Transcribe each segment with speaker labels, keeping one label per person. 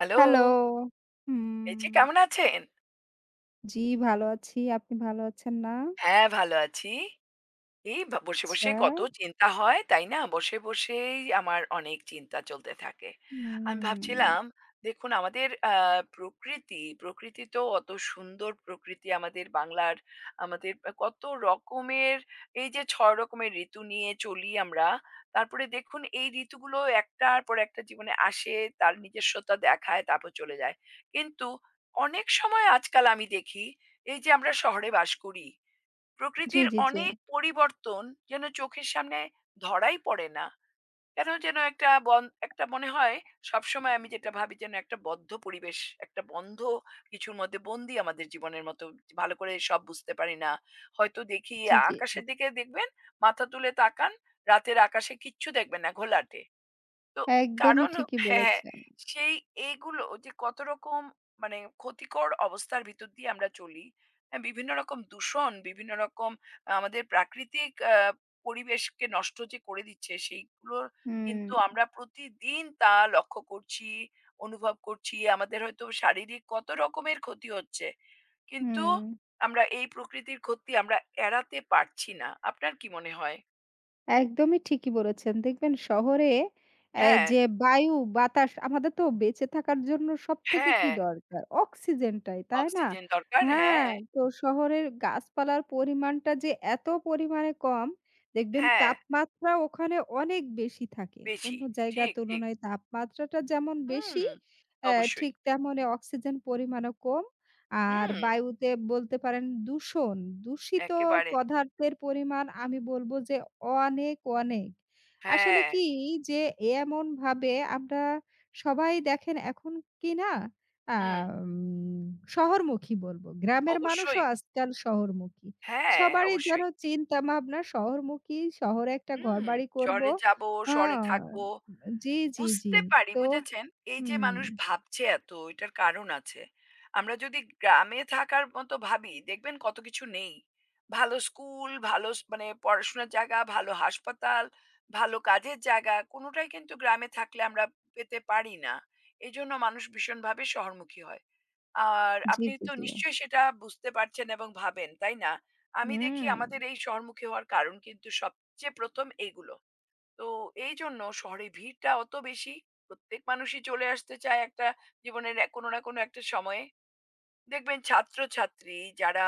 Speaker 1: Hello!
Speaker 2: Hello.
Speaker 1: এই যে
Speaker 2: হুম,
Speaker 1: কেমন আছেন?
Speaker 2: জি ভালো আছি। আপনি ভালো আছেন না?
Speaker 1: হ্যাঁ, ভালো আছি। এই বা বসে,
Speaker 2: আচ্ছা।
Speaker 1: বসে কত চিন্তা হয়, তাই না? বসেই আমার অনেক চিন্তা চলতে থাকে। আমি
Speaker 2: হুম।
Speaker 1: ভাবছিলাম, দেখুন আমাদের প্রকৃতি তো অত সুন্দর প্রকৃতি আমাদের বাংলার, আমাদের কত রকমের এই যে ৬ রকমের ঋতু নিয়ে চলি আমরা, তারপরে দেখুন এই ঋতুগুলো একটার পর একটা জীবনে আসে, তার নিজস্বতা দেখায়, তারপর চলে যায়। কিন্তু অনেক সময় আজকাল আমি দেখি, এই যে আমরা শহরে বাস করি
Speaker 2: জি,
Speaker 1: প্রকৃতির
Speaker 2: জি, জি।
Speaker 1: অনেক পরিবর্তন যেন চোখের সামনে ধরাই পড়ে না। কেন যেন একটা মনে হয় সবসময় আমি যেটা ভাবি যেন একটা বদ্ধ পরিবেশ, একটা বন্ধ কিছুর মধ্যে বন্দী আমাদের জীবনের মতো। ভালো করে সব বুঝতে পারি না। হয়তো দেখি
Speaker 2: জি, জি।
Speaker 1: আকাশের দিকে দেখবেন, মাথা তুলে তাকান, রাতের আকাশে কিচ্ছু দেখবেন না, ঘোলাটে। তো
Speaker 2: একদমই
Speaker 1: কারণ
Speaker 2: ঠিকই
Speaker 1: হ্যাঁ, হ্যাঁ,
Speaker 2: বলেছেন।
Speaker 1: সেই এইগুলো যে কত রকম মানে ক্ষতিকর অবস্থার ভিতর দিয়ে আমরা চলি। হ্যাঁ, বিভিন্ন রকম দূষণ, বিভিন্ন রকম আমাদের প্রাকৃতিক পরিবেশকে নষ্ট যে করে দিচ্ছে, সেইগুলোর
Speaker 2: হুম,
Speaker 1: কিন্তু আমরা প্রতিদিন তা লক্ষ্য করছি, অনুভব করছি। আমাদের হয়তো শারীরিক কত রকমের ক্ষতি হচ্ছে। কিন্তু
Speaker 2: হুম।
Speaker 1: আমরা এই প্রকৃতির ক্ষতি এড়াতে পারছি না। আপনার কি মনে হয়?
Speaker 2: একদমই ঠিকই বলেছেন। দেখবেন শহরে
Speaker 1: হ্যাঁ,
Speaker 2: যে বায়ু, বাতাস আমাদের তো বেঁচে থাকার জন্য সবথেকে
Speaker 1: হ্যাঁ,
Speaker 2: কি দরকার? অক্সিজেনটাই, তাই না?
Speaker 1: অক্সিজেন দরকার।
Speaker 2: হ্যাঁ,
Speaker 1: হ্যাঁ,
Speaker 2: তো শহরের গাছপালার পরিমাণটা যে এত পরিমাণে কম, দেখবেন
Speaker 1: হ্যাঁ।
Speaker 2: তাপমাত্রা ওখানে অনেক বেশি থাকে।
Speaker 1: বেশি।
Speaker 2: অন্য জায়গার
Speaker 1: ঠিক, ঠিক।
Speaker 2: তুলনায় তাপমাত্রাটা যেমন
Speaker 1: হুম,
Speaker 2: বেশি,
Speaker 1: অবশ্যই।
Speaker 2: ঠিক তেমনি অক্সিজেন পরিমাণও কম। আর
Speaker 1: হুম।
Speaker 2: বায়ুতে বলতে পারেন দূষণ, দূষিত
Speaker 1: একেবারে।
Speaker 2: পদার্থের পরিমাণ আমি বলব যে অনেক, অনেক। আসলে
Speaker 1: হ্যাঁ,
Speaker 2: কি যে এমনভাবে আমরা সবাই দেখেন এখন কি না
Speaker 1: হুম।
Speaker 2: আম শহরমুখী বলব। গ্রামের মানুষও
Speaker 1: অবশ্যই।
Speaker 2: আজকাল শহরমুখী।
Speaker 1: হ্যাঁ,
Speaker 2: সবারই যেন
Speaker 1: অবশ্যই।
Speaker 2: চিন্তা ভাবনা শহরমুখী, শহরে একটা
Speaker 1: হুম।
Speaker 2: ঘরবাড়ি করব।
Speaker 1: শহরে যাবো,
Speaker 2: আ
Speaker 1: শহরে থাকবো।
Speaker 2: জি, জি, জি।
Speaker 1: বুঝতে পারি,
Speaker 2: তো
Speaker 1: বুঝেছেন? এই যে
Speaker 2: হুম।
Speaker 1: মানুষ ভাবছে এত, এটার কারণ আছে। আমরা যদি গ্রামে থাকার মতো ভাবি, দেখবেন কত কিছু নেই। ভালো স্কুল, ভালো স মানে পড়াশোনার জায়গা, ভালো হাসপাতাল, ভালো কাজের জায়গা, কোনোটাই কিন্তু গ্রামে থাকলে আমরা পেতে পারি না। এজন্য মানুষ ভীষণভাবে শহরমুখী হয়। আর
Speaker 2: জি,
Speaker 1: আপনি
Speaker 2: জি,
Speaker 1: তো
Speaker 2: জি।
Speaker 1: নিশ্চয়ই সেটা বুঝতে পারছেন এবং ভাবেন, তাই না? আমি দেখি
Speaker 2: হুম।
Speaker 1: আমাদের এই শহরমুখী হওয়ার কারণ কিন্তু সবচেয়ে ১ম এগুলো। তো এইজন্য শহরে ভিড়টা অত বেশি, প্রত্যেক মানুষই চলে আসতে চায় একটা জীবনের কোনো না কোনো একটা সময়ে। দেখবেন ছাত্রছাত্রী যারা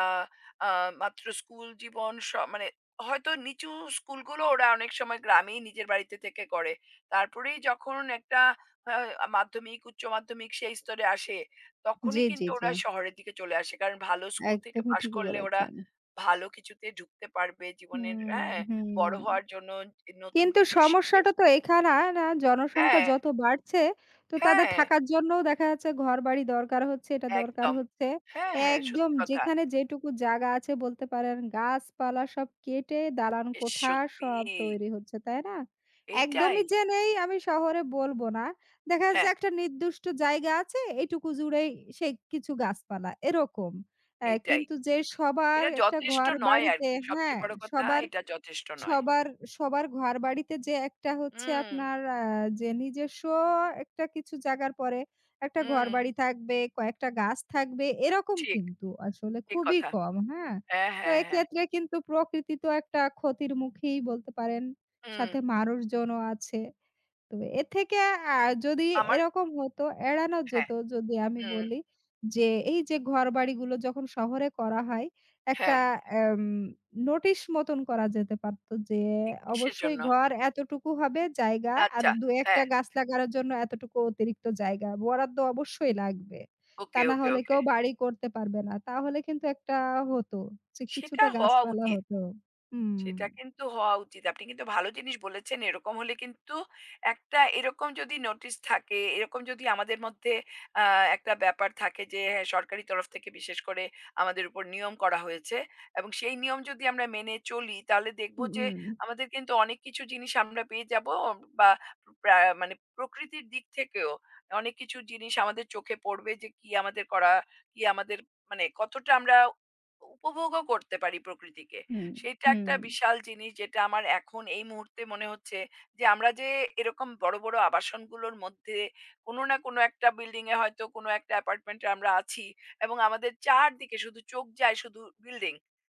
Speaker 1: আ মাত্র স্কুল জীবন মানে হয়তো নিচু স্কুলগুলো ওরা অনেক সময় গ্রামেই নিজের বাড়িতে থেকে করে। তারপরেই যখন একটা আ মাধ্যমিক, উচ্চ মাধ্যমিক সেই স্তরে আসে,
Speaker 2: জি,
Speaker 1: তখনই
Speaker 2: জি,
Speaker 1: কিন্তু
Speaker 2: জি।
Speaker 1: ওরা শহরের দিকে চলে আসে। কারণ ভালো স্কুল থেকে
Speaker 2: একদমই
Speaker 1: পাশ
Speaker 2: ঠিকই
Speaker 1: করলে ওরা
Speaker 2: বলেছেন।
Speaker 1: ভালো কিছুতে ঢুকতে পারবে জীবনের
Speaker 2: হুম,
Speaker 1: হ্যাঁ,
Speaker 2: হুম।
Speaker 1: বড় হওয়ার জন্য নতুন
Speaker 2: কিন্তু
Speaker 1: কিছু শিখবে।
Speaker 2: সমস্যাটা তো এখানা না জনসংখ্যা
Speaker 1: হ্যাঁ,
Speaker 2: যত বাড়ছে, তো তাদের
Speaker 1: হ্যাঁ,
Speaker 2: থাকার জন্যও দেখা যাচ্ছে ঘরবাড়ি দরকার হচ্ছে, এটা দরকার
Speaker 1: একদম।
Speaker 2: হচ্ছে।
Speaker 1: হ্যাঁ, হ্যাঁ,
Speaker 2: একদম
Speaker 1: সত্যি কথা।
Speaker 2: যেখানে যেটুকু জায়গা আছে বলতে পারেন গাছপালা সব কেটে দালান
Speaker 1: এ
Speaker 2: কোঠা
Speaker 1: সত্যি
Speaker 2: সব তৈরি হচ্ছে, তাই না?
Speaker 1: এইটাই।
Speaker 2: একদমই যে নেই আমি শহরে বলব না। দেখা যাচ্ছে
Speaker 1: হ্যাঁ।
Speaker 2: একটা নির্দিষ্ট জায়গা আছে, এইটুকু জুড়েই সেই কিছু গাছপালা এরকম।
Speaker 1: এটাই।
Speaker 2: কিন্তু যে সবার
Speaker 1: এটা
Speaker 2: একটা
Speaker 1: যথেষ্ট নয়
Speaker 2: ঘরবাড়িতে
Speaker 1: আরকি।
Speaker 2: হ্যাঁ,
Speaker 1: সবচেয়ে বড় কথা
Speaker 2: সবার
Speaker 1: এটা যথেষ্ট নয়।
Speaker 2: সবার, সবার ঘরবাড়িতে যে একটা হচ্ছে
Speaker 1: হুম,
Speaker 2: আপনার যে নিজস্ব একটা কিছু জায়গার পরে একটা
Speaker 1: হুম।
Speaker 2: ঘরবাড়ি থাকবে, কয়েকটা গাছ থাকবে এরকম
Speaker 1: ঠিক,
Speaker 2: কিন্তু আসলে
Speaker 1: ঠিক
Speaker 2: খুবই
Speaker 1: কথা।
Speaker 2: কম, হ্যাঁ?
Speaker 1: হ্যাঁ,
Speaker 2: তো
Speaker 1: হ্যাঁ, হ্যাঁ।
Speaker 2: এক্ষেত্রে কিন্তু প্রকৃতি তো একটা ক্ষতির মুখেই বলতে পারেন।
Speaker 1: হুম।
Speaker 2: সাথে মানুষজনও আছে। তবে এর থেকে আ যদি
Speaker 1: আমার
Speaker 2: এরকম হতো এড়ানো
Speaker 1: হ্যাঁ,
Speaker 2: যেত যদি আমি
Speaker 1: হুম,
Speaker 2: বলি যে এই যে ঘরবাড়িগুলো যখন শহরে করা হয় একটা
Speaker 1: হ্যাঁ।
Speaker 2: এম নোটিশ মতন করা যেতে পারত যে
Speaker 1: এ কিসের
Speaker 2: অবশ্যই
Speaker 1: জন্য?
Speaker 2: ঘর এতটুকু হবে জায়গা আর
Speaker 1: আচ্ছা,
Speaker 2: ২-১
Speaker 1: হ্যাঁ।
Speaker 2: টা গাছ লাগানোর জন্য এতটুকু অতিরিক্ত জায়গা বরাদ্দ অবশ্যই লাগবে। তা
Speaker 1: ওকে,
Speaker 2: না
Speaker 1: ওকে,
Speaker 2: হলে
Speaker 1: ওকে।
Speaker 2: কেউ বাড়ি করতে পারবে না। তাহলে কিন্তু একটা হতো যে
Speaker 1: সেটা
Speaker 2: কিছুটা
Speaker 1: হওয়া
Speaker 2: গাছপালা
Speaker 1: উচিত।
Speaker 2: হতো। হুম।
Speaker 1: সেটা কিন্তু হওয়া উচিত। আপনি কিন্তু ভালো জিনিস বলেছেন। এরকম হলে কিন্তু একটা এরকম যদি নোটিশ থাকে, এরকম যদি আমাদের মধ্যে আ একটা ব্যাপার থাকে যে হ্যাঁ, সরকারি তরফ থেকে বিশেষ করে আমাদের উপর নিয়ম করা হয়েছে এবং সেই নিয়ম যদি আমরা মেনে চলি তাহলে দেখব
Speaker 2: হুম,
Speaker 1: যে
Speaker 2: হুম,
Speaker 1: আমাদের কিন্তু অনেক কিছু জিনিস আমরা পেয়ে যাব বা প্রা মানে প্রকৃতির দিক থেকেও অনেক কিছু জিনিস আমাদের চোখে পড়বে যে কি আমাদের করা, কি আমাদের মানে কতটা আমরা উপভোগও করতে পারি প্রকৃতিকে।
Speaker 2: হুম,
Speaker 1: সেইটা
Speaker 2: হুম,
Speaker 1: একটা বিশাল জিনিস যেটা আমার এখন এই মুহূর্তে মনে হচ্ছে যে আমরা যে এরকম বড় বড় আবাসনগুলোর মধ্যে কোনো না কোনো একটা বিল্ডিং এ হয়তো কোনো একটা অ্যাপার্টমেন্টে আমরা আছি এবং আমাদের চারদিকে শুধু চোখ যায় শুধু বিল্ডিং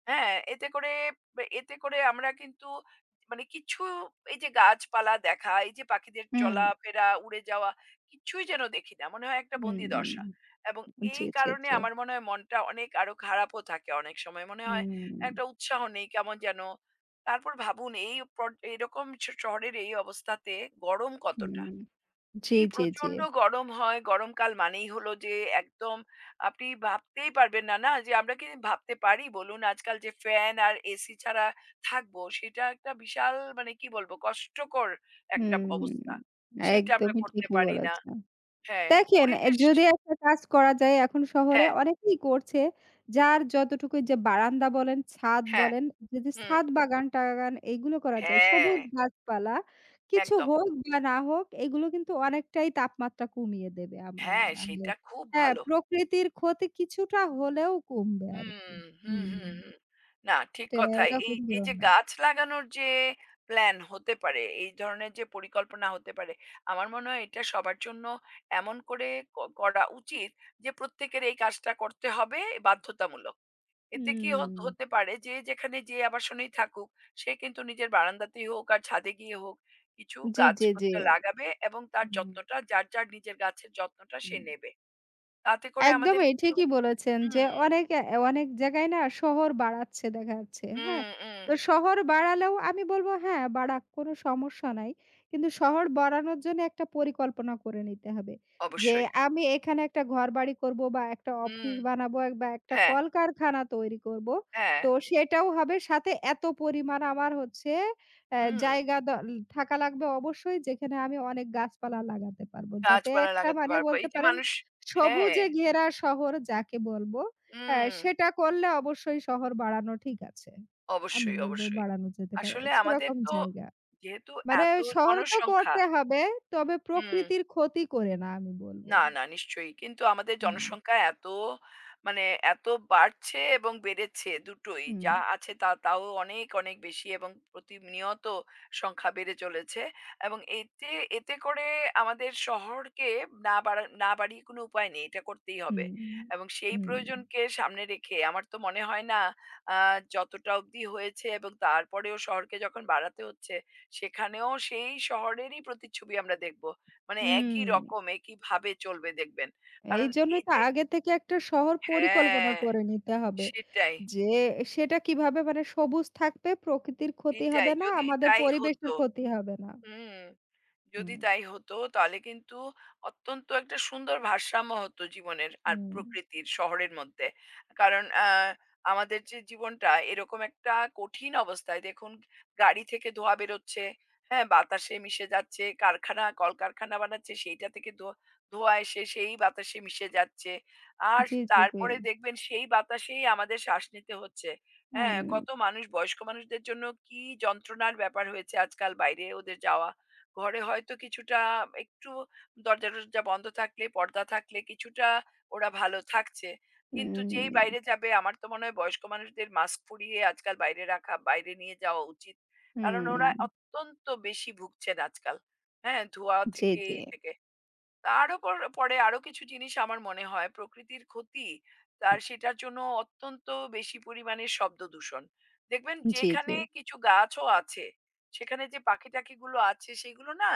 Speaker 1: হ্যাঁ এতে করে আমরা কিন্তু মানে কিছু এই যে গাছপালা দেখা এই যে পাখিদের চলাফেরা উড়ে যাওয়া কিছুই যেন দেখি না মনে হয় একটা
Speaker 2: হুম,
Speaker 1: বন্দি
Speaker 2: হুম।
Speaker 1: দশা এবং
Speaker 2: জি,
Speaker 1: এই
Speaker 2: জি,
Speaker 1: কারণে
Speaker 2: জি।
Speaker 1: আমার মনে হয় মনটা অনেক আরো খারাপও থাকে অনেক সময় মনে হয়
Speaker 2: হুম,
Speaker 1: একটা উৎসাহ নেই কেমন যেন। তারপর ভাবুন এই পট এরকম শহরের এই অবস্থাতে গরম কতটা?
Speaker 2: হুম। জি,
Speaker 1: কি
Speaker 2: জি, জি।
Speaker 1: প্রচন্ড গরম হয়। গরমকাল মানেই হলো যে একদম আপনি ভাবতেই পারবেন না, না? যে আমরা কি ভাবতে পারি বলুন? আজকাল যে ফ্যান আর এসি ছাড়া থাকবো সেটা একটা বিশাল মানে কি বলবো? কষ্টকর একটা
Speaker 2: হুম।
Speaker 1: অবস্থা। সেটা আমরা
Speaker 2: একদমই
Speaker 1: করতে
Speaker 2: ঠিকই
Speaker 1: পারি না।
Speaker 2: বলেছেন।
Speaker 1: হ্যাঁ,
Speaker 2: দেখেন এ
Speaker 1: পরিবেশ
Speaker 2: যদি একটা কাজ করা যায় এখন শহরে
Speaker 1: হ্যাঁ,
Speaker 2: অনেকেই করছে। যার যতটুকু যে বারান্দা বলেন, ছাদ
Speaker 1: হ্যাঁ,
Speaker 2: বলেন, যদি
Speaker 1: হুম,
Speaker 2: ছাদ বাগান-টাগান এইগুলো করা যায়,
Speaker 1: হ্যাঁ,
Speaker 2: সবুজ গাছপালা কিছু
Speaker 1: একদম।
Speaker 2: হোক বা না হোক এগুলো কিন্তু অনেকটাই তাপমাত্রা কমিয়ে দেবে আমার
Speaker 1: হ্যাঁ,
Speaker 2: মনে হয়।
Speaker 1: সেটা খুব
Speaker 2: হ্যাঁ,
Speaker 1: ভালো।
Speaker 2: প্রকৃতির ক্ষতি কিছুটা হলেও কমবে
Speaker 1: হুম,
Speaker 2: আরকি।
Speaker 1: হুম,
Speaker 2: হুম।
Speaker 1: হুম, হুম। না ঠিক
Speaker 2: এটা
Speaker 1: কথা। এই,
Speaker 2: এরকম
Speaker 1: এই যে
Speaker 2: ধরনের।
Speaker 1: গাছ লাগানোর যে প্ল্যান হতে পারে, এই ধরনের যে পরিকল্পনা হতে পারে, আমার মনে হয় এটা সবার জন্য এমন করে করা উচিত যে প্রত্যেকের এই কাজটা করতে হবে বাধ্যতামূলক। এতে কি হত
Speaker 2: হুম।
Speaker 1: হতে পারে যে যেখানে যে আবাসনেই থাকুক, সে কিন্তু নিজের বারান্দাতেই হোক আর ছাদে গিয়ে হোক, কিছু
Speaker 2: জি, জি, জি।
Speaker 1: গাছপত্র লাগাবে এবং তার
Speaker 2: হুম,
Speaker 1: যত্নটা যার নিজের গাছের যত্নটা সে
Speaker 2: হুম।
Speaker 1: নেবে। তাতে করে আমাদের
Speaker 2: একদমই
Speaker 1: একটু
Speaker 2: ঠিকই বলেছেন যে
Speaker 1: হুম,
Speaker 2: অনেক অনেক জায়গায় না শহর বাড়াচ্ছে দেখা যাচ্ছে, হ্যাঁ?
Speaker 1: হুম, হুম।
Speaker 2: তো শহর বাড়ালেও আমি বলব হ্যাঁ, বাড়াক কোনো সমস্যা নাই। কিন্তু শহর বাড়ানোর জন্য একটা পরিকল্পনা করে নিতে হবে। যে
Speaker 1: অবশ্যই।
Speaker 2: আমি এখানে একটা ঘরবাড়ি করব বা একটা অফিস
Speaker 1: হুম,
Speaker 2: বানাবো বা একটা
Speaker 1: হ্যাঁ,
Speaker 2: কলকারখানা তৈরি করব।
Speaker 1: হ্যাঁ,
Speaker 2: তো সেটাও হবে সাথে এত পরিমাণ আমার হচ্ছে
Speaker 1: হুম,
Speaker 2: জায়গা দ থাকা লাগবে অবশ্যই যেখানে আমি অনেক গাছপালা লাগাতে পারব। যাতে
Speaker 1: গাছপালা
Speaker 2: একটা
Speaker 1: লাগাতে
Speaker 2: মানে
Speaker 1: পারবো।
Speaker 2: বলতে
Speaker 1: এই যে
Speaker 2: পারেন
Speaker 1: মানুষ হ্যাঁ,
Speaker 2: সবুজে ঘেরা শহর যাকে বলব,
Speaker 1: হুম,
Speaker 2: সেটা করলে অবশ্যই শহর বাড়ানো ঠিক আছে। আমি
Speaker 1: অবশ্যই,
Speaker 2: বলব
Speaker 1: অবশ্যই।
Speaker 2: বাড়ানো যেতে পারে।
Speaker 1: আসলে আমাদের
Speaker 2: সেরকম
Speaker 1: তো
Speaker 2: জায়গা।
Speaker 1: যেহেতু
Speaker 2: মানে
Speaker 1: এত
Speaker 2: শহর তো
Speaker 1: জনসংখ্যা
Speaker 2: করতে হবে, তবে
Speaker 1: হুম।
Speaker 2: প্রকৃতির ক্ষতি করে না আমি বলব।
Speaker 1: না, না নিশ্চয়ই। কিন্তু আমাদের
Speaker 2: হুম,
Speaker 1: জনসংখ্যা এত মানে এত বাড়ছে এবং বেড়েছে দুটোই।
Speaker 2: হুম,
Speaker 1: যা আছে তা তাও অনেক বেশি এবং প্রতিনিয়ত সংখ্যা বেড়ে চলেছে। এবং এতে এতে করে আমাদের শহরকে না বাড়িয়ে কোনো উপায় নেই। এটা করতেই হবে।
Speaker 2: হুম,
Speaker 1: এবং সেই
Speaker 2: হুম,
Speaker 1: প্রয়োজনকে সামনে রেখে আমার তো মনে হয় না আ যতটা অবধি হয়েছে এবং তারপরেও শহরকে যখন বাড়াতে হচ্ছে, সেখানেও সেই শহরেরই প্রতিচ্ছবি আমরা দেখব। মানে
Speaker 2: হুম।
Speaker 1: একই রকম একইভাবে চলবে দেখবেন। কারণ
Speaker 2: এইজন্যই
Speaker 1: এই
Speaker 2: তো
Speaker 1: যে
Speaker 2: আগে থেকে একটা শহর পরিকল্পনা
Speaker 1: হ্যাঁ,
Speaker 2: করে নিতে হবে।
Speaker 1: সেটাই,
Speaker 2: যে সেটা কিভাবে মানে সবুজ থাকবে, প্রকৃতির ক্ষতি
Speaker 1: এটাই।
Speaker 2: হবে না,
Speaker 1: যদি
Speaker 2: আমাদের
Speaker 1: তাই
Speaker 2: পরিবেশের
Speaker 1: হতো।
Speaker 2: ক্ষতি হবে না।
Speaker 1: হুম।
Speaker 2: হুম,
Speaker 1: যদি তাই হতো তাহলে কিন্তু অত্যন্ত একটা সুন্দর ভারসাম্য হতো জীবনের আর
Speaker 2: হুম।
Speaker 1: প্রকৃতির শহরের মধ্যে। কারণ আমাদের যে জীবনটা এরকম একটা কঠিন অবস্থায় দেখুন গাড়ি থেকে ধোঁয়া বেরোচ্ছে, হ্যাঁ? বাতাসে মিশে যাচ্ছে, কারখানা কলকারখানা বানাচ্ছে সেইটা থেকে ধোঁয়া এসে সেই বাতাসে মিশে যাচ্ছে। আর
Speaker 2: জি, জি, জি।
Speaker 1: তারপরে দেখবেন সেই বাতাসেই আমাদের শ্বাস নিতে হচ্ছে। হ্যাঁ?
Speaker 2: হুম,
Speaker 1: কত মানুষ বয়স্ক মানুষদের জন্য কি যন্ত্রণার ব্যাপার হয়েছে আজকাল বাইরে ওদের যাওয়া। ঘরে হয়তো কিছুটা একটু দরজা-টরজা বন্ধ থাকলে, পর্দা থাকলে কিছুটা ওরা ভালো থাকছে। কিন্তু
Speaker 2: হুম,
Speaker 1: যেই বাইরে যাবে আমার তো মনে হয় বয়স্ক মানুষদের মাস্ক পরিয়ে আজকাল বাইরে রাখা, বাইরে নিয়ে যাওয়া উচিত। কারণ ওরা
Speaker 2: হুম।
Speaker 1: অত্যন্ত বেশি ভুগছেন আজকাল। হ্যাঁ? ধোঁয়া
Speaker 2: জি,
Speaker 1: থেকে
Speaker 2: জি।
Speaker 1: এই থেকে। তার উপর পরে আরো কিছু জিনিস আমার মনে হয় প্রকৃতির ক্ষতি তার সেটার জন্য অত্যন্ত বেশি পরিমাণে শব্দ দূষণ দেখবেন
Speaker 2: জি, জি।
Speaker 1: যেখানে কিছু গাছও আছে সেখানে যে পাখি টাকি গুলো আছে সেগুলো না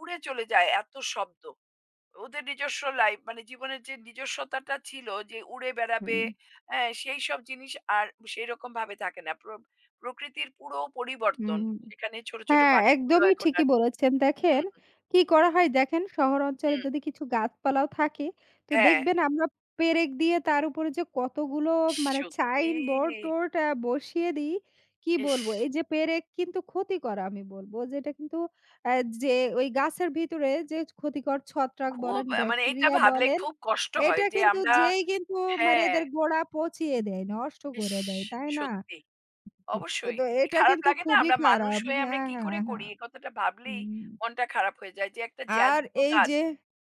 Speaker 1: উড়ে চলে যায় এত শব্দ ওদের নিজস্ব লাইফ মানে জীবনের যে নিজস্বতাটা ছিল যে উড়ে
Speaker 2: হুম,
Speaker 1: বেড়াবে হ্যাঁ সেই সব জিনিস আর সেই রকম ভাবে থাকে না প্রকৃতির পুরো পরিবর্তন
Speaker 2: হুম।
Speaker 1: সেখানে ছোট ছোট
Speaker 2: হ্যাঁ,
Speaker 1: পাখিগুলো
Speaker 2: একদমই
Speaker 1: এখন
Speaker 2: ঠিকই
Speaker 1: আর
Speaker 2: বলেছেন। দেখেন,
Speaker 1: হম
Speaker 2: কি করা হয় দেখেন শহর অঞ্চলে
Speaker 1: হম
Speaker 2: যদি কিছু গাছপালাও থাকে, তো
Speaker 1: হ্যাঁ
Speaker 2: দেখবেন আমরা পেরেক দিয়ে তার উপরে যে কতগুলো মানে সাইন
Speaker 1: সত্যি
Speaker 2: বোর্ড-টোর্ড বসিয়ে দিই, কি
Speaker 1: ইস!
Speaker 2: বলবো? এই যে পেরেক কিন্তু ক্ষতিকর আমি বলবো যে এটা কিন্তু আ যে ওই গাছের ভিতরে যে ক্ষতিকর ছত্রাক
Speaker 1: খুব
Speaker 2: বলেন,
Speaker 1: মানে এটা
Speaker 2: ব্যাকটেরিয়া
Speaker 1: ভাবলে
Speaker 2: বলেন,
Speaker 1: খুব কষ্ট হয়
Speaker 2: এটা
Speaker 1: যে
Speaker 2: কিন্তু
Speaker 1: আমরা
Speaker 2: যেই কিন্তু মানে
Speaker 1: হ্যাঁ,
Speaker 2: এদের গোড়া পচিয়ে দেয়, নষ্ট
Speaker 1: ইস!
Speaker 2: করে দেয়, তাই না?
Speaker 1: সত্যি। অবশ্যই।
Speaker 2: তো
Speaker 1: কি
Speaker 2: এটা
Speaker 1: খারাপ
Speaker 2: কিন্তু
Speaker 1: লাগে না?
Speaker 2: খুবই
Speaker 1: আমরা মানুষ
Speaker 2: খারাপ।
Speaker 1: হয়ে আমরা
Speaker 2: হ্যাঁ,
Speaker 1: কি করে
Speaker 2: হ্যাঁ, হ্যাঁ।
Speaker 1: করি? এ কথাটা ভাবলেই
Speaker 2: হুম,
Speaker 1: মনটা খারাপ হয়ে যায় যে একটা
Speaker 2: আর
Speaker 1: জ্যান্ত
Speaker 2: এই
Speaker 1: গাছ
Speaker 2: যে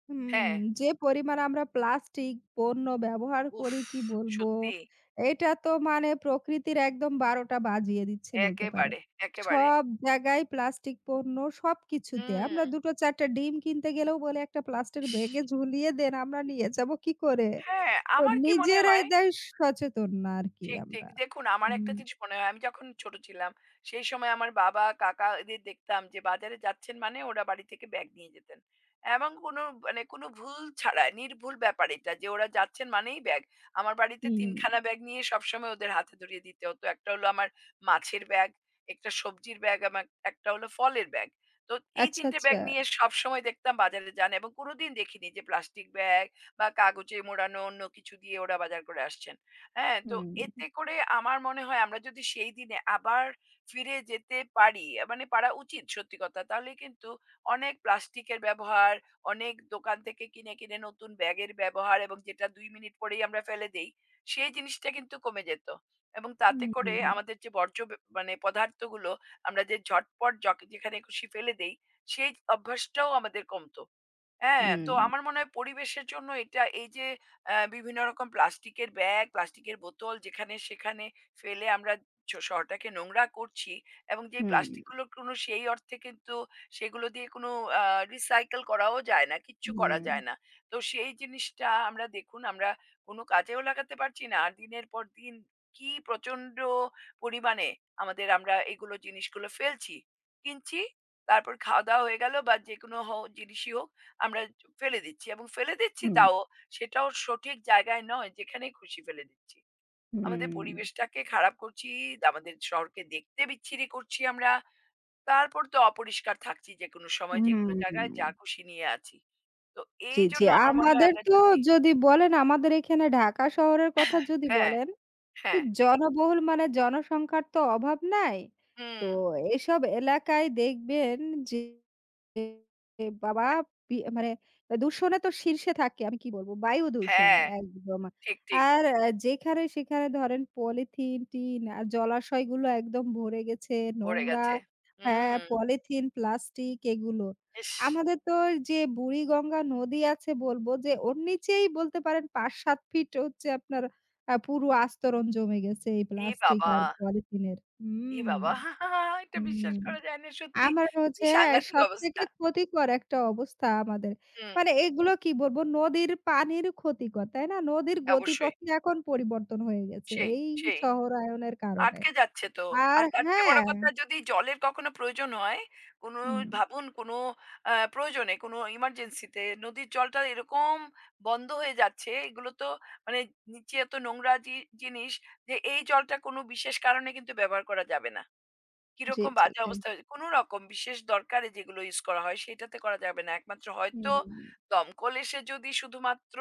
Speaker 2: হুম,
Speaker 1: হ্যাঁ,
Speaker 2: যে পরিমাণ আমরা প্লাস্টিক পণ্য ব্যবহার
Speaker 1: উফ!
Speaker 2: করি কি বলবো?
Speaker 1: সত্যি।
Speaker 2: এটা তো মানে প্রকৃতির একদম ১২টা বাজিয়ে দিচ্ছে বলতে পারেন।
Speaker 1: একেবারে, একেবারে।
Speaker 2: সব জায়গায় প্লাস্টিক পণ্য সবকিছুতে।
Speaker 1: হুম,
Speaker 2: আমরা ২ টো ৪ টা ডিম কিনতে গেলেও বলে একটা প্লাস্টের
Speaker 1: ইস!
Speaker 2: ব্যাগে ঝুলিয়ে দেন আমরা
Speaker 1: ঠিক।
Speaker 2: নিয়ে যাবো কি করে?
Speaker 1: হ্যাঁ,
Speaker 2: তো
Speaker 1: আমার কি মনে
Speaker 2: নিজেরাই
Speaker 1: হয়
Speaker 2: দেয় সচেতন না আরকি
Speaker 1: ঠিক, ঠিক।
Speaker 2: আমরা।
Speaker 1: দেখুন আমার
Speaker 2: হুম।
Speaker 1: একটা জিনিস মনে হয় আমি যখন ছোট ছিলাম, সেই সময় আমার বাবা, কাকা এদের দেখতাম যে বাজারে যাচ্ছেন মানে ওরা বাড়ি থেকে ব্যাগ নিয়ে যেতেন। এবং কোনো মানে কোনো ভুল ছাড়া নির্ভুল ব্যাপার এটা যে ওরা যাচ্ছেন মানেই ব্যাগ। আমার বাড়িতে ৩
Speaker 2: হুম।
Speaker 1: খানা ব্যাগ নিয়ে সবসময় ওদের হাতে ধরিয়ে দিতে হতো। একটা হলো আমার মাছের ব্যাগ, একটা সবজির ব্যাগ, আমার একটা হলো ফলের ব্যাগ। তো এই
Speaker 2: আচ্ছা,
Speaker 1: ৩ টে
Speaker 2: আচ্ছা।
Speaker 1: ব্যাগ নিয়ে সবসময় দেখতাম বাজারে যান এবং কোনোদিন দেখিনি যে প্লাস্টিক ব্যাগ বা কাগজে মোড়ানো অন্য কিছু দিয়ে ওরা বাজার করে আসছেন। হ্যাঁ, তো
Speaker 2: হুম,
Speaker 1: এতে করে আমার মনে হয় আমরা যদি সেই দিনে আবার ফিরে যেতে পারি, মানে পারা উচিত সত্যি কথা। তাহলে কিন্তু অনেক প্লাস্টিকের ব্যবহার, অনেক দোকান থেকে কিনে নতুন ব্যাগের ব্যবহার এবং যেটা ২ মিনিট পরেই আমরা ফেলে দেই, সেই জিনিসটা কিন্তু কমে যেত। এবং
Speaker 2: হুম,
Speaker 1: তাতে করে
Speaker 2: হুম,
Speaker 1: আমাদের যে বর্জ্য ব মানে পদার্থগুলো আমরা যে ঝটপট যেখানে খুশি ফেলে দেই, সেই অভ্যাসটাও আমাদের কমতো। হ্যাঁ,
Speaker 2: হুম,
Speaker 1: তো আমার মনে হয় পরিবেশের জন্য এটা এই যে বিভিন্ন রকম প্লাস্টিকের ব্যাগ, প্লাস্টিকের বোতল যেখানে সেখানে ফেলে আমরা শহরটাকে নোংরা করছি এবং যে
Speaker 2: হুম,
Speaker 1: প্লাস্টিকগুলোর কোনো সেই অর্থে কিন্তু সেগুলো দিয়ে কোনো আ রিসাইকেল করাও যায় না, কিচ্ছু করা
Speaker 2: হুম।
Speaker 1: যায় না। তো সেই জিনিসটা আমরা দেখুন আমরা কোনো কাজেও লাগাতে পারছি না। আর দিনের পর দিন কি প্রচন্ড পরিমাণে আমরা এগুলো জিনিসগুলো ফেলছি। কিনছি, তারপর খাওয়া-দাওয়া হয়ে গেল বা যেকোনো জিনিসই হোক আমরা ফেলে দিচ্ছি এবং ফেলে দিচ্ছি
Speaker 2: হুম,
Speaker 1: তাও সেটাও সঠিক জায়গায় নয় যেখানে খুশি ফেলে দিচ্ছি। আমাদের
Speaker 2: হুম,
Speaker 1: পরিবেশটাকে খারাপ করছি, আমাদের শহরকে দেখতে বিচ্ছিরি করছি আমরা। তারপর তো অপরিষ্কার থাকছি যেকোনো সময়,
Speaker 2: হুম।
Speaker 1: যেকোনো জায়গায় যা খুশি নিয়ে আছি। তো
Speaker 2: জি, জি।
Speaker 1: এইজন্য আমার মনে হয়
Speaker 2: আমাদের
Speaker 1: আমরা
Speaker 2: তো
Speaker 1: যদি
Speaker 2: যদি বলেন আমাদের এখানে ঢাকা শহরের কথা যদি
Speaker 1: হ্যাঁ,
Speaker 2: বলেন, তো
Speaker 1: হ্যাঁ,
Speaker 2: জনবহুল মানে জনসংখ্যার তো অভাব নাই। তো
Speaker 1: হুম,
Speaker 2: এসব এলাকায় দেখবেন যে এ বাবা! মানে দূষণে তো শীর্ষে থাকে। আমি কি বলব? বায়ু দূষণে
Speaker 1: হ্যাঁ,
Speaker 2: একদম।
Speaker 1: ঠিক, ঠিক
Speaker 2: আর যেখানে সেখানে ধরেন পলিথিন, টিন আর জলাশয়গুলো একদম ভরে গেছে
Speaker 1: ভরে
Speaker 2: নোংরা।
Speaker 1: গেছে।
Speaker 2: হ্যাঁ,
Speaker 1: হুম,
Speaker 2: পলিথিন, প্লাস্টিক এগুলো।
Speaker 1: ইস!
Speaker 2: আমাদের তো ওই যে বুড়িগঙ্গা নদী আছে বলব যে ওর নিচেই বলতে পারেন ৫-৭ ফিট হচ্ছে আপনার পুরো আস্তরণ জমে গেছে এই
Speaker 1: এ
Speaker 2: প্লাস্টিক
Speaker 1: বাবা!
Speaker 2: আর পলিথিনের।
Speaker 1: এ
Speaker 2: হুম,
Speaker 1: বাবা! এটা
Speaker 2: হুম।
Speaker 1: বিশ্বাস করা যায় না সত্যি।
Speaker 2: আমার
Speaker 1: কি
Speaker 2: হচ্ছে হ্যাঁ,
Speaker 1: সাংঘাতিক
Speaker 2: সবথেকে
Speaker 1: অবস্থা!
Speaker 2: ক্ষতিকর একটা অবস্থা আমাদের।
Speaker 1: হুম,
Speaker 2: মানে এগুলো কি বলবো নদীর পানির ক্ষতিকর, তাই না? নদীর
Speaker 1: অবশ্যই।
Speaker 2: গতিপথই এখন পরিবর্তন হয়ে গেছে
Speaker 1: সেই,
Speaker 2: এই
Speaker 1: সেই।
Speaker 2: শহরায়নের কারণে।
Speaker 1: আটকে যাচ্ছে তো।
Speaker 2: আর
Speaker 1: আর তার চেয়ে বড়
Speaker 2: হ্যাঁ,
Speaker 1: কথা যদি জলের কখনো প্রয়োজন হয়, কোনো
Speaker 2: হুম,
Speaker 1: ভাবুন কোনো প্রয়োজনে কোনো এমার্জেন্সি তে নদীর জলটা এরকম বন্ধ হয়ে যাচ্ছে, এগুলো তো মানে নিচে এত নোংরা জিনিস যে এই জলটা কোনো বিশেষ কারণে কিন্তু ব্যবহার করা যাবে না।
Speaker 2: জি,
Speaker 1: কিরকম
Speaker 2: জি,
Speaker 1: বাজে
Speaker 2: জি।
Speaker 1: অবস্থা হয়েছে? কোনো রকম বিশেষ দরকারে যেগুলো ইউজ করা হয় সেটাতে করা যাবে না। একমাত্র হয়তো
Speaker 2: হুম,
Speaker 1: দমকল এসে যদি শুধুমাত্র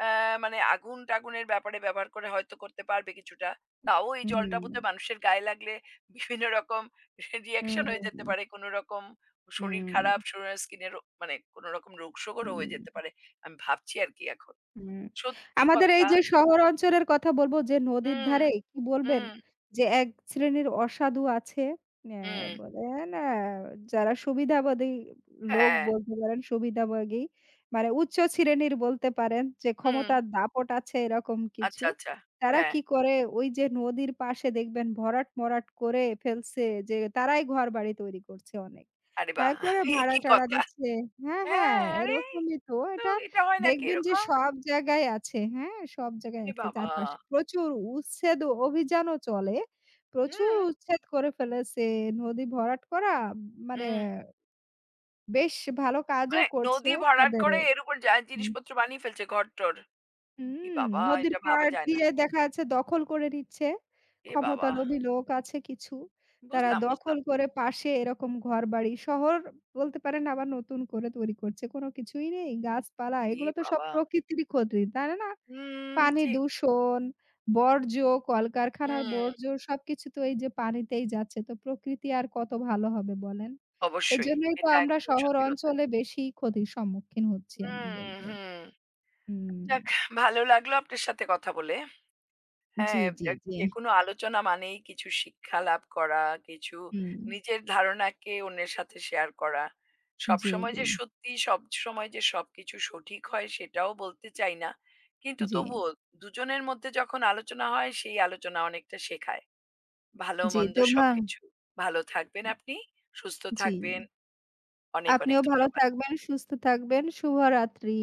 Speaker 1: অ্যা মানে আগুন-টাগুনের ব্যাপারে ব্যবহার করে হয়তো করতে পারবে কিছুটা। তাও এই জলটা
Speaker 2: হুম,
Speaker 1: বোধহয় মানুষের গায়ে লাগলে বিভিন্ন রকম রিঅ্যাকশন হয়ে যেতে
Speaker 2: হুম,
Speaker 1: পারে। কোনো রকম শরীর
Speaker 2: হুম,
Speaker 1: খারাপ, শরীরের স্কিনের মানে কোনো রকম রোগসোগরও হয়ে যেতে
Speaker 2: হুম।
Speaker 1: পারে। আমি ভাবছি আরকি এখন।
Speaker 2: হুম,
Speaker 1: সত্যি
Speaker 2: আমাদের এই
Speaker 1: কথা।
Speaker 2: যে শহর অঞ্চলের কথা বলব যে নদীর
Speaker 1: হুম,
Speaker 2: ধারে কি বলবেন?
Speaker 1: হুম,
Speaker 2: যে এক শ্রেণীর অসাধু আছে। আ
Speaker 1: হুম।
Speaker 2: বলেন যারা সুবিধাবাদী লোক
Speaker 1: হ্যাঁ।
Speaker 2: বলতে পারেন, সুবিধাভোগী। মানে উচ্চ শ্রেণীর বলতে পারেন যে
Speaker 1: হুম।
Speaker 2: ক্ষমতার দাপট আছে এরকম কিছু।
Speaker 1: আচ্ছা, আচ্ছা।
Speaker 2: তারা
Speaker 1: হ্যাঁ।
Speaker 2: কি করে ওই যে নদীর পাশে দেখবেন ভরাট-মরাট করে ফেলছে যে তারাই ঘরবাড়ি তৈরি করছে অনেক।
Speaker 1: আরে
Speaker 2: হ্যাঁ,
Speaker 1: বাহ!
Speaker 2: করে
Speaker 1: এ কি
Speaker 2: ভাড়া-টাড়া
Speaker 1: কথা?
Speaker 2: দিচ্ছে। হ্যাঁ, হ্যাঁ,
Speaker 1: হ্যাঁ, আরে
Speaker 2: এরকমই তো
Speaker 1: তো
Speaker 2: এটা
Speaker 1: এটা হয় নাকি
Speaker 2: দেখবেন যে
Speaker 1: এরকম?
Speaker 2: সব জায়গায় আছে, হ্যাঁ? সব জায়গায়
Speaker 1: এ
Speaker 2: আছে
Speaker 1: বাবা!
Speaker 2: চারপাশে। প্রচুর উচ্ছেদ ও অভিযানও চলে। প্রচুর
Speaker 1: হুম,
Speaker 2: উচ্ছেদ করে ফেলেছে নদী ভরাট করা মানে
Speaker 1: হুম।
Speaker 2: বেশ ভালো কাজও
Speaker 1: মানে
Speaker 2: করছে
Speaker 1: নদী ভরাট
Speaker 2: তাদের
Speaker 1: করে এর উপর যা
Speaker 2: হুম,
Speaker 1: জিনিসপত্র বানিয়ে ফেলছে ঘর-টর। এ
Speaker 2: হুম,
Speaker 1: বাবা!
Speaker 2: নদীর
Speaker 1: এটা ভাবা
Speaker 2: পাড়
Speaker 1: যায় না।
Speaker 2: দিয়ে দেখা যাচ্ছে দখল করে নিচ্ছে।
Speaker 1: এ বাবা!
Speaker 2: ক্ষমতালোভী লোক আছে কিছু। তারা
Speaker 1: বুঝলাম,
Speaker 2: দখল
Speaker 1: বুঝলাম।
Speaker 2: করে পাশে এরকম ঘরবাড়ি শহর বলতে পারেন আবার নতুন করে তৈরি করছে। কোন কিছুই নেই। গাছপালা
Speaker 1: এ
Speaker 2: এগুলো তো সব
Speaker 1: বাবা!
Speaker 2: প্রকৃতিরই ক্ষতি, তাই না?
Speaker 1: হুম,
Speaker 2: পানি
Speaker 1: ঠিক।
Speaker 2: দূষণ, বর্জ্য, কলকারখানার
Speaker 1: হুম।
Speaker 2: বর্জ্য সবকিছু তো এই যে পানিতেই যাচ্ছে। তো প্রকৃতি আর কত ভালো হবে বলেন?
Speaker 1: অবশ্যই।
Speaker 2: এজন্যই তো
Speaker 1: এটা
Speaker 2: আমরা
Speaker 1: একদম
Speaker 2: শহর
Speaker 1: সত্যি কথা।
Speaker 2: অঞ্চলে বেশি ক্ষতির সম্মুখীন হচ্ছি আমি
Speaker 1: হুম,
Speaker 2: বলব।
Speaker 1: হুম।
Speaker 2: হুম,
Speaker 1: যাক ভালো লাগলো আপনার সাথে কথা বলে।
Speaker 2: জি,
Speaker 1: হ্যাঁ,
Speaker 2: জি,
Speaker 1: যে
Speaker 2: জি।
Speaker 1: যেকোনো আলোচনা মানেই কিছু শিক্ষা লাভ করা, কিছু
Speaker 2: হুম,
Speaker 1: নিজের ধারণাকে অন্যের সাথে শেয়ার করা।
Speaker 2: জি,
Speaker 1: সবসময়
Speaker 2: জি,
Speaker 1: যে সত্যি, সবসময় যে সবকিছু সঠিক হয় সেটাও বলতে চাই না। কিন্তু
Speaker 2: জি,
Speaker 1: তবুও দুজনের মধ্যে যখন আলোচনা হয় সেই আলোচনা অনেকটা শেখায়। ভালো
Speaker 2: জি,
Speaker 1: মন্দ
Speaker 2: তো ভা
Speaker 1: সবকিছু। ভালো থাকবেন আপনি, সুস্থ
Speaker 2: জি।
Speaker 1: থাকবেন। অনেক, অনেক
Speaker 2: আপনিও ভালো
Speaker 1: ধন্যবাদ।
Speaker 2: থাকবেন, সুস্থ থাকবেন। শুভরাত্রি।